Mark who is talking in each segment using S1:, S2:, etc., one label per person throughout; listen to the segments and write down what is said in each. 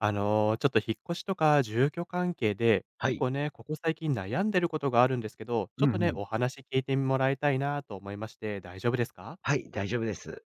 S1: あの、ちょっと引っ越しとか住居関係で、
S2: は
S1: 結
S2: い。
S1: 構ね、ここ最近悩んでることがあるんですけど、
S2: う
S1: ちょっと
S2: んう
S1: ね、
S2: ん。
S1: お話聞いてもらいたいなと思いまして、大丈夫ですか？
S2: はい、大丈夫です。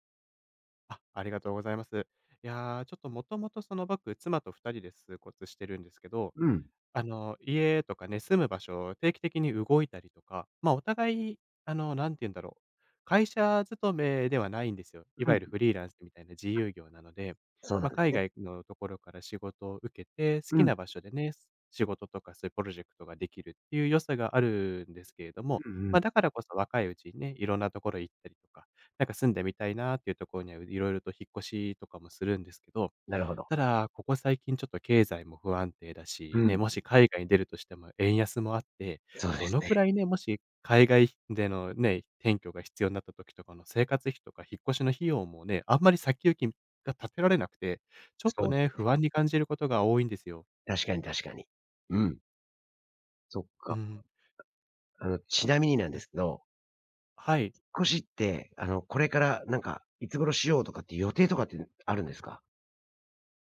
S1: あ、ありがとうございます。いやー、ちょっともともとその僕、妻と2人で通骨してるんですけど、
S2: うん、う
S1: あの、家とかね、住む場所を定期的に動いたりとか、まあ、お互い、あの、何て言うんだろう、会社勤めではないんですよ。いわゆる
S2: ん。
S1: フリーランスみたいな自由業なので、
S2: そうなん
S1: まあ、
S2: です
S1: 海
S2: ね。
S1: 外のところから仕事を受けて、好
S2: う
S1: き
S2: ん、
S1: な
S2: う
S1: 場所でね、仕事とかそういうプロジェクトができるっていう良さがあるんですけれども、
S2: んうん。
S1: まあ、だからこそ若いうちにね、いろんなところ行ったりとか、なんか住んでみたいなっていうところにはいろいろと引っ越しとかもするんですけど、
S2: なるほど。
S1: ただ、ここ最近ちょっと経済も不安定だ
S2: う
S1: し、ね、
S2: ん。
S1: もし海外に出るとしても円安もあって、
S2: そうで
S1: ど
S2: す
S1: の
S2: ね。
S1: くらいね、もし海外でのね、転居が必要になった時とかの生活費とか引っ越しの費用もね、あんまり先行きが立てられなくて、ちょっ
S2: そ
S1: と
S2: うです
S1: ね、
S2: ね。
S1: 不安に感じることが多いんですよ。
S2: 確かに確かに。うん、そっ
S1: う
S2: か。
S1: ん。
S2: あの、ちなみになんで
S1: な
S2: すけど、
S1: はい。
S2: 引っ越しって、あの、これからなんか、いつ頃しようとかって予定とかってあるんですか？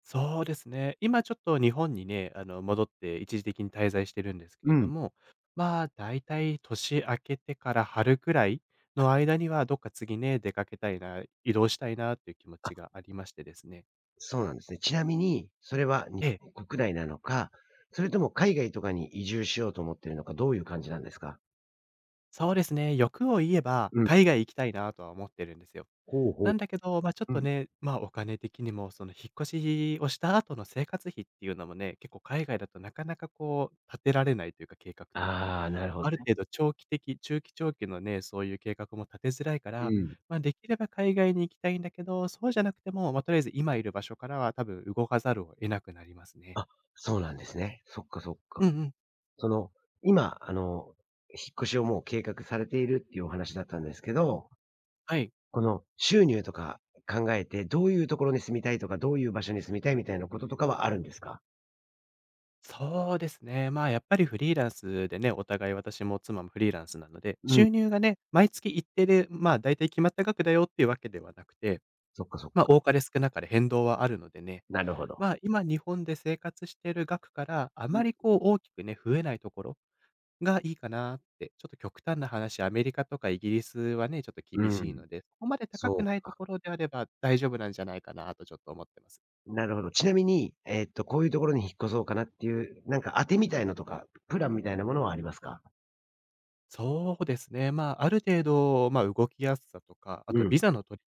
S1: そうですね。今ちょっと日本にね、あの、戻って一時的に滞在してるんですけ
S2: う
S1: れど
S2: ん。
S1: も、まあ、だいたい年明けてから春くらいの間には、どっか次ね、出かけたいな、移動したいなっていう気持ち
S2: あ、
S1: がありましてですね。
S2: そうなんですね。ちなみに、それは日
S1: ええ、
S2: 本国内なのか、それとも海外とかに移住しようと思ってるのか、どういう感じなんですか？
S1: そうですね。欲を言えば、
S2: うん、
S1: 海外行きたいなとは思ってるんですよ。
S2: ほうほ
S1: な
S2: う。
S1: んだけど、まあ、ちょっ
S2: う
S1: と
S2: ん。
S1: ね、まあ、お金的にも、その、引っ越しをした後の生活費っていうのもね、結構海外だとなかなかこう、立てられないというか、計画とか。
S2: ああ、なるほ
S1: あ
S2: ど
S1: る
S2: ね。
S1: 程度長期的、中期長期のね、そういう計画も立てづらいか
S2: う
S1: ら、
S2: ん。
S1: まあ、できれば海外に行きたいんだけど、そうじゃなくても、まあ、とりあえず今いる場所からは多分動かざるを得なくなりますね。
S2: あ、そうなんですね。そっかそっか。
S1: うんうん。
S2: その、今、あの、引っ越しをもう計画されているっていうお話だったんですけど、
S1: はい。
S2: この収入とか考えて、どういうところに住みたいとか、どういう場所に住みたいみたいなこととかはあるんですか？
S1: そうですね。まあ、やっぱりフリーランスでね、お互い私も妻もフリーランスなので、
S2: うん、
S1: 収入がね、毎月一定で、まあ、大体決まった額だよっていうわけではなくて、
S2: そっかそっ
S1: まあ、
S2: か。
S1: 多かれ少なかれ変動はあるのでね、
S2: なるほど。
S1: まあ、今日本で生活している額からあまりこう大きくね、増えないところがいいかなって、ちょっと極端な話、アメリカとかイギリスはね、ちょっと
S2: う
S1: 厳しい
S2: ん、
S1: ので、そこまで高く
S2: そ
S1: ないところであれば大丈夫なんじゃないかなとちょっと思ってます。
S2: う、なるほど。ちなみに、こういうところに引っ越そうかなっていう、なんか当てみたいのとか、プランみたいなものはありますか？
S1: そうですね。まあ、ある程度、まあ、動きやすさとか、あ
S2: う
S1: と
S2: ん、
S1: ビザの取り、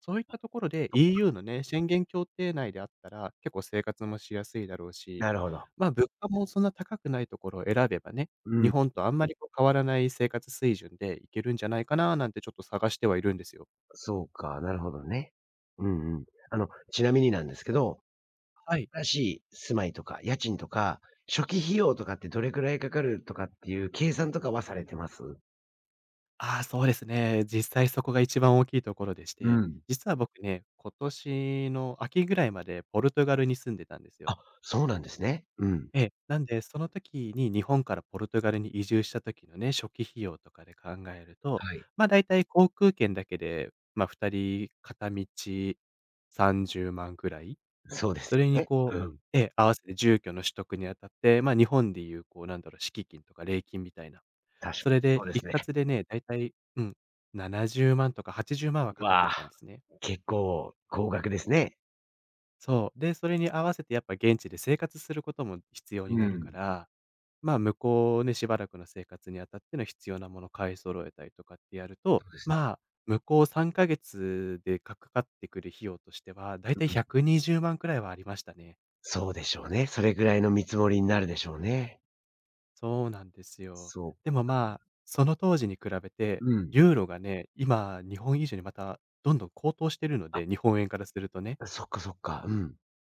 S1: そういったところで
S2: そ
S1: EU のね、宣言協定内であったら、結構生活もしやすいだろうし、
S2: なるほど。
S1: まあ、物価もそんな高くないところを選べばね、
S2: う
S1: 日
S2: ん。
S1: 本とあんまりこう変わらない生活水準でいけるんじゃないかななんてちょっと探してはいるんですよ。
S2: そうか、なるほどね。うんうん。あの、ちなみになんですけど、
S1: はい。
S2: 新しい住まいとか、家賃とか、初期費用とかってどれくらいかかるとかっていう計算とかはされてます？
S1: ああ、そうですね。実際そこが一番大きいところでし
S2: う
S1: て、
S2: ん。
S1: 実は僕ね、今年の秋ぐらいまでポルトガルに住んでたんですよ。
S2: あ、そうなんですね。うん。
S1: ええ、なんで、その時に日本からポルトガルに移住した時のね、初期費用とかで考えると、
S2: はい。
S1: ま、だいたい航空券だけで、ま、2人片道30万ぐらい。
S2: そうです
S1: それ
S2: よ
S1: に
S2: ね。
S1: こ
S2: うん。
S1: うええ、合わせて住居の取得にあたって、まあ、日本でいうこう、なんだろう、敷金とか礼金みたいな、
S2: 確かに。
S1: それ
S2: そ
S1: で
S2: うで
S1: 一
S2: すね。
S1: 括でね、だいたい、うん、70万とか80万はかかって
S2: わ
S1: きたん
S2: あ、
S1: ですね。
S2: 結構高額ですね。
S1: そう。で、それに合わせてやっぱ現地で生活することも必要
S2: う
S1: になるか
S2: ん。
S1: ら、まあ、向こうね、しばらくの生活にあたっての必要なもの買い揃えたりとかってやる
S2: そ
S1: と、
S2: うですね。
S1: まあ、向こう3ヶ月でかかってくる費用としては、だい
S2: う
S1: たい
S2: ん。
S1: 120万くにじゅうまんくらいはありましたね。
S2: そうでしょうね。それぐらいの見積もりになるでしょうね。
S1: そうなんですよ。
S2: そう。
S1: でも、まあ、その当時に比べて、
S2: うん。
S1: ユーロがね、今、日本以上にまたどんどん高騰してるの
S2: あ、
S1: で、日本円からするとね。
S2: そっかそっか。うん。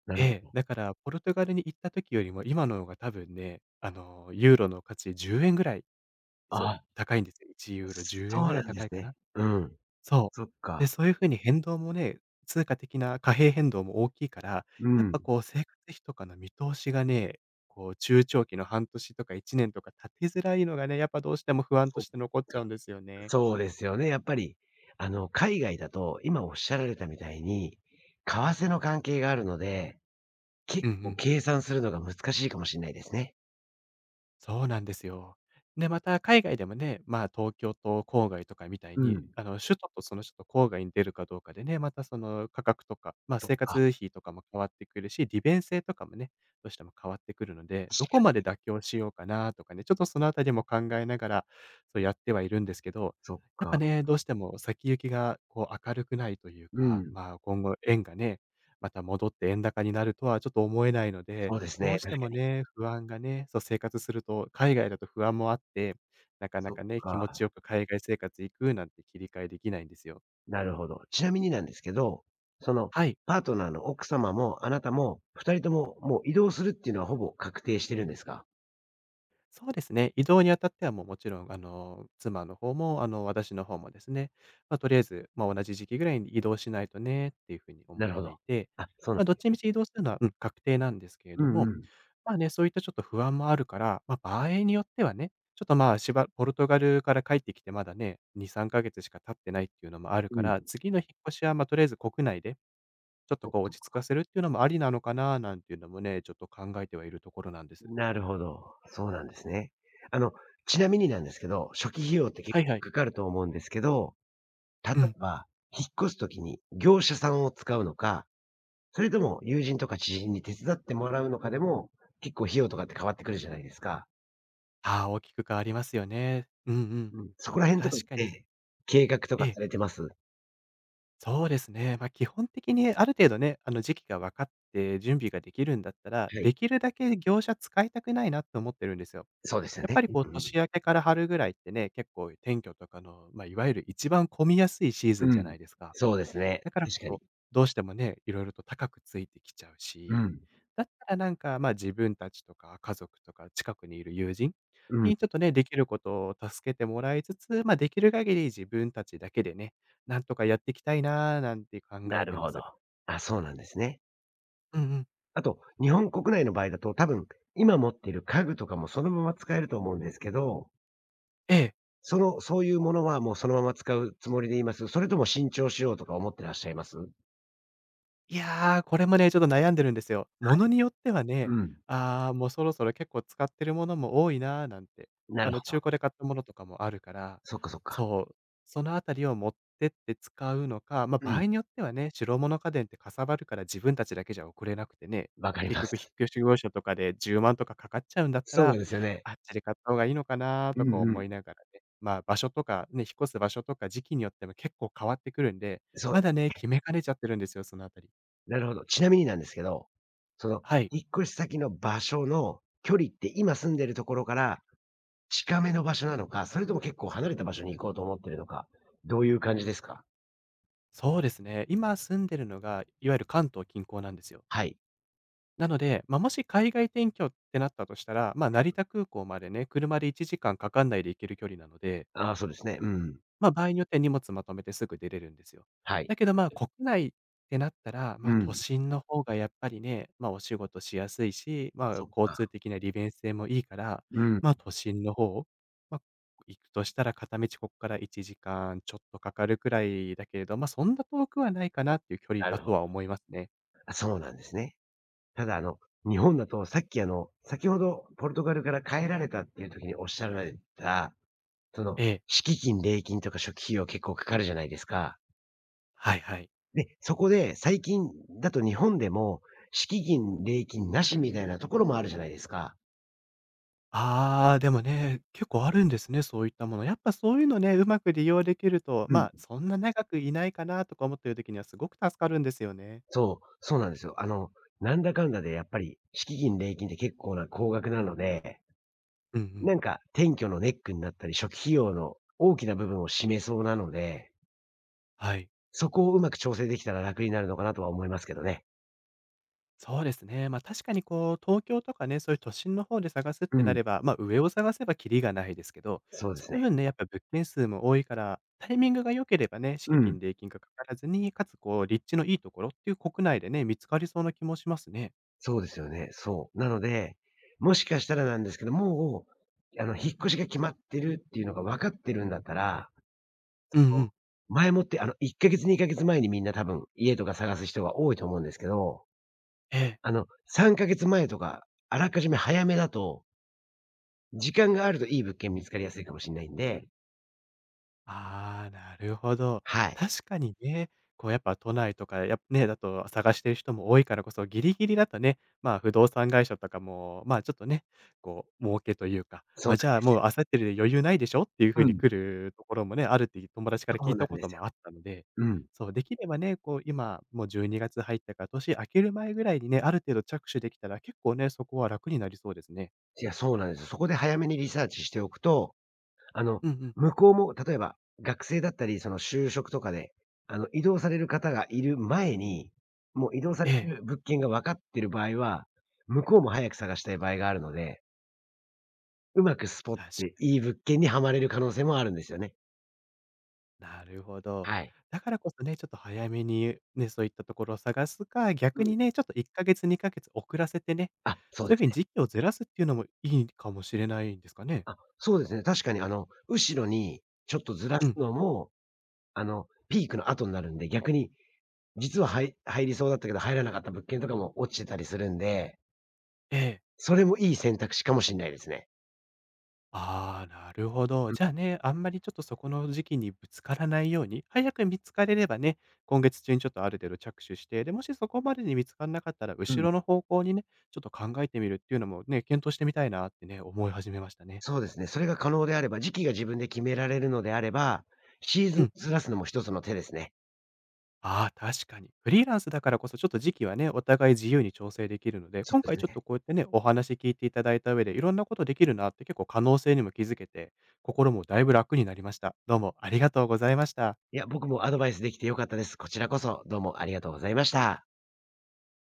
S2: な
S1: え
S2: るほ
S1: え、
S2: ど。
S1: だからポルトガルに行った時よりも今の方が多分ね、あの、ユーロの価値10円ぐらい、そう、
S2: ああ、
S1: 高いんですよ。1ユーロ10
S2: そ
S1: 円ぐ
S2: う
S1: ら
S2: な
S1: い
S2: んで
S1: 高
S2: す
S1: いか
S2: ね。
S1: な。
S2: うん。
S1: そ
S2: そっ
S1: う。で、
S2: か。
S1: そういう風に変動もね、通貨的な貨幣変動も大きいから、
S2: う
S1: やっ
S2: ん。
S1: ぱこう生活費とかの見通しがね、こう中長期の半年とか1年とか立てづらいのがね、やっぱどうしても不安と
S2: そっ
S1: して残っち
S2: か。
S1: ゃうんですよね。
S2: そうですよね。やっぱり、あの、海外だと、今おっしゃられたみたいに、為替の関係があるので、結
S1: うんう
S2: 構
S1: ん。
S2: 計算するのが難しいかもしれないですね。
S1: そうなんですよ。で、また海外でもね、まあ、東京と郊外とかみたい
S2: う
S1: に、
S2: ん。
S1: あの、首都とその首都郊外に出るかどうかでね、またその価格とか、まあ、
S2: そっ
S1: 生
S2: か。
S1: 活費とかも変わってくるし、利便性とかもね、どうしても変わってくるので、
S2: 確
S1: どこ
S2: か
S1: まで妥協しようかなとかね、ちょっとそのあたりも考えながら、そうやってはいるんですけど、
S2: そっ
S1: やっぱ
S2: か。
S1: ね、どうしても先行きがこう明るくないという
S2: う
S1: か、
S2: ん。
S1: まあ、今後円がね、また戻って円高になるとはちょっと思えないので、
S2: そうです
S1: ど
S2: ね、
S1: うし
S2: 確
S1: て
S2: か
S1: も
S2: に。
S1: ね、不安がね、そう、生活すると、海外だと不安もあって、なかな
S2: そっ
S1: かね、気持
S2: か。
S1: ちよく海外生活行くなんて切り替えできないんですよ。
S2: なるほど。ちなみになんですけど、その、
S1: はい。
S2: パートナーの奥様もあなたも、二人とももう移動するっていうのはほぼ確定してるんですか？
S1: そうですね。移動にあたってはもうもちろん、あの、妻の方も、あの、私の方もですね、まあ、とりあえず、まあ、同じ時期ぐらいに移動しないとねっていうふうに
S2: な
S1: 思っ
S2: るほ
S1: て
S2: ど。
S1: いて、
S2: あ、そうな
S1: まあ、どっ
S2: んで
S1: ち
S2: す
S1: み
S2: ね。
S1: ち移動するのは、うん、確定なんですけれ
S2: う
S1: ど
S2: ん
S1: も、
S2: うん。
S1: まあね、そういったちょっと不安もあるから、まあ、場合によってはね、ちょっと、まあ、ポルトガルから帰ってきてまだね、2、3ヶ月しか経ってないっていうのもある
S2: う
S1: か
S2: ん。
S1: ら、次の引っ越しは、まあ、とりあえず国内で、ちょっと
S2: そっか
S1: こう
S2: そっ
S1: 落ち着か
S2: か。
S1: せるっていうのもありなのかななんていうのもね、ちょっと考えてはいるところなんです。
S2: なるほど。そうなんですね。あの、ちなみになんですけど、初期費用って結
S1: はい
S2: 構
S1: はい。
S2: かかると思うんですけど、例
S1: うん。
S2: えば、引っ越すときに業者さんを使うのか、それとも友人とか知人に手伝ってもらうのかでも、結構費用とかって変わってくるじゃないですか。
S1: ああ、大きく変わりますよね。うんうん。
S2: うん。そこら辺とかっ
S1: 確かに、
S2: て、計画と
S1: え
S2: か
S1: え、
S2: されてます？
S1: そうですね。まあ、基本的にある程度ね、あの、時期が分かって準備ができるんだったら、
S2: はい。
S1: できるだけ業者使いたくないなって思ってるんですよ。
S2: そうですよ
S1: やっ
S2: ね。
S1: ぱりこう
S2: うんうん。
S1: 年明けから春ぐらいってね、結構転居とかの、まあ、いわゆる一番混みやすいシーズン
S2: う
S1: じゃな
S2: ん。
S1: いですか。
S2: そうですね。
S1: だからこ
S2: 確かに。
S1: そ、どうしてもね、いろいろと高くついてきちゃう
S2: う
S1: し、
S2: ん。
S1: だったらなんか、ま、自分たちとか家族とか近くにいる友人
S2: うん。
S1: にちょっとね、できることを助けてもらいつつ、ま、できる限り自分たちだけでね、なんとかやっていきたいなーなんて考
S2: な
S1: え
S2: る
S1: てま
S2: ほど。
S1: す。
S2: あ、そうなんですね。
S1: うんうん。
S2: あと、日本国内の場合だと、多分、今持っている家具とかもそのまま使えると思うんですけど、
S1: ええ。
S2: その、そういうものはもうそのまま使うつもりでいます？それとも新調しようとか思ってらっしゃいます？
S1: いやー、これもね、ちょっと悩んでるんですよ。ものによっては
S2: う
S1: ね、
S2: ん。
S1: ああ、もうそろそろ結構使ってるものも多いな、なんて、
S2: なるほど。
S1: 中古で買ったものとかもあるから、
S2: そっかそっか。
S1: そう、そのあたりを持ってって使うのか、ま、あ、
S2: う
S1: 場
S2: ん。
S1: 合によってはね、白物家電ってかさばるから自分たちだけじゃ送れなくてね、
S2: わかり
S1: 結
S2: ま
S1: 局引っ
S2: す。
S1: 越し業者とかで10万とかかかっちゃうんだった
S2: そうなん
S1: ら、
S2: ですよね。
S1: あっちで買った方がいいのかなー
S2: う
S1: と
S2: ん
S1: か
S2: うん。
S1: 思いながらね、まあ、場所とかね、引っ越す場所とか時期によっても結構変わってくるんで、
S2: そう、
S1: まだね、決めかねちゃってるんですよ、そのあたり。
S2: なるほど。ちなみになんですけど、その、
S1: はい、
S2: 引っ越し先の場所の距離って今住んでるところから近めの場所なのか、それとも結構離れた場所に行こうと思ってるのか、どういう感じですか？
S1: そうですね。今住んでるのが、いわゆる関東近郊なんですよ。
S2: はい。
S1: なので、まあ、もし海外転居ってなったとしたら、まあ、成田空港までね、車で1時間かんかかんないで行ける距離なので、
S2: ああ、そうですね。うん。
S1: まあ、場合によっては荷物まとめてすぐ出れるんですよ。
S2: はい。
S1: だけど、まあ、国内ってなったら、ま
S2: う
S1: あ、都
S2: ん。
S1: 心の方がやっぱりね、まあ、お仕事しやすいし、ま
S2: そ
S1: あ、
S2: っ
S1: 交通
S2: か。
S1: 的な利便性もいいから、
S2: うん。
S1: まあ、都心の方、まあ、行くとしたら片道ここから1時間ちょっとかかるくらいだけれど、まあ、そんな遠くはないかなっていう距離
S2: なる
S1: だ
S2: ほ
S1: と
S2: ど。
S1: は思いますね。
S2: あ、そうなんですね。ただあの、日本だとさっきあの、先ほどポルトガルから帰られたっていう時におっしゃられた、その、
S1: ええ、
S2: 敷金、礼金とか初期費用結構かかるじゃないですか。
S1: はいはい。
S2: で、そこで最近だと日本でも、敷金、礼金なしみたいなところもあるじゃないですか。
S1: ああ、でもね、結構あるんですね、そういったもの。やっぱそういうのね、うまく利用できると、
S2: う
S1: ま
S2: ん。
S1: あ、そんな長くいないかなとか思ってる時にはすごく助かるんですよね。
S2: そう、そうなんですよ。あの、なんだかんだでやっぱり敷金、礼金って結構な高額なので、
S1: うんう
S2: な
S1: ん。
S2: んか、転居のネックになったり、初期費用の大きな部分を占めそうなので、
S1: はい。
S2: そこをうまく調整できたら楽になるのかなとは思いますけどね。
S1: そうですね。まあ確かにこう、東京とかね、そういう都心の方で探すっ
S2: う
S1: てな
S2: ん。
S1: れば、まあ上を探せばキリがないですけど、
S2: そうで
S1: そ
S2: すね。
S1: の分ね、やっぱ物件数も多いから、タイミングが良ければね、
S2: う
S1: 敷
S2: ん。
S1: 金、礼金がかからずに、かつこう、立地のいいところっていう国内でね、見つかりそうな気もしますね。
S2: そうですよね。そう。なので、もしかしたらなんですけど、もう、あの、引っ越しが決まってるっていうのが分かってるんだったら、
S1: うんう
S2: こ
S1: ん。
S2: う前もって、あの、1ヶ月、2ヶ月前にみんな多分、家とか探す人が多いと思うんですけど、
S1: ええ。
S2: あの、3ヶ月前とか、あらかじめ早めだと、時間があるといい物件見つかりやすいかもしれないんで。
S1: ああ、なるほど。
S2: はい。
S1: 確かにね、こうやっぱ都内とか、やっね、だと探してる人も多いからこそ、ギリギリだとね、まあ、不動産会社とかも、まあ、ちょっとね、こう儲けというか、
S2: そう
S1: ま、
S2: なん
S1: じゃ
S2: で
S1: あ、
S2: す
S1: もう
S2: よ。
S1: あさってで余裕ないでしょっていう
S2: う
S1: 風に
S2: ん。
S1: 来るところもね、あるって友達から
S2: そ
S1: 聞
S2: う
S1: い
S2: な
S1: た
S2: ん
S1: こ
S2: で
S1: と
S2: すよ。
S1: もあったので、
S2: うん。
S1: そう、できればね、こう今、もう12月入ったから、年明ける前ぐらいにね、ある程度着手できたら、結構ね、そこは楽になりそうですね。
S2: いや、そうなんですよ。そこで早めにリサーチしておくと、あの、
S1: うんうん。
S2: 向こうも例えば、学生だったり、その就職とかで、あの、移動される方がいる前に、もう移動さ
S1: え
S2: れ
S1: え、
S2: る物件が分かってる場合は、向こうも早く探したい場合があるので、うまくスポっ
S1: 確
S2: ていい物件にはまれる可能性もあるんですよね。
S1: なるほど。
S2: はい。
S1: だからこそね、ちょっと早めにね、そういったところを探すか、
S2: う
S1: 逆
S2: ん。
S1: にね、ちょっと1ヶ月、2ヶ月遅らせてね、
S2: あ、そうで
S1: そういうふ
S2: す
S1: うに
S2: ね。
S1: 時期をずらすっていうのもいいかもしれないんですかね？
S2: あ、そうですね。確かにあの、後ろにちょっとずら
S1: う
S2: す
S1: ん。
S2: のも、あの、ピークの後になるんで、逆に実は、はい、入りそうだったけど、入らなかった物件とかも落ちてたりするんで、
S1: ええ。
S2: それもいい選択肢かもしんないですね。
S1: ああ、なるほど。じゃあね、あんまりちょっとそこの時期にぶつからないように、早く見つかれればね、今月中にちょっとある程度着手して、で、もしそこまでに見つからなかったら、
S2: うんう
S1: 後
S2: ん。
S1: ろの方向にね、ちょっと考えてみるっていうのもね、検討してみたいなってね、思い始めましたね。
S2: そうですね、それが可能であれば、時期が自分で決められるのであれば、シーズ
S1: う
S2: ン
S1: ん。
S2: ずらすのも一つの手ですね。
S1: ああ、確かに。フリーランスだからこそ、ちょっと時期はね、お互い自由に調整できるので、
S2: そ
S1: 今
S2: うで
S1: 回ちょ
S2: す
S1: っ
S2: ね。
S1: とこうやってね、お話聞いていただいた上で、いろんなことできるなって結構可能性にも気づけて、心もだいぶ楽になりました。どうもありがとうございました。
S2: いや、僕もアドバイスできて良かったです。こちらこそ、どうもありがとうございました。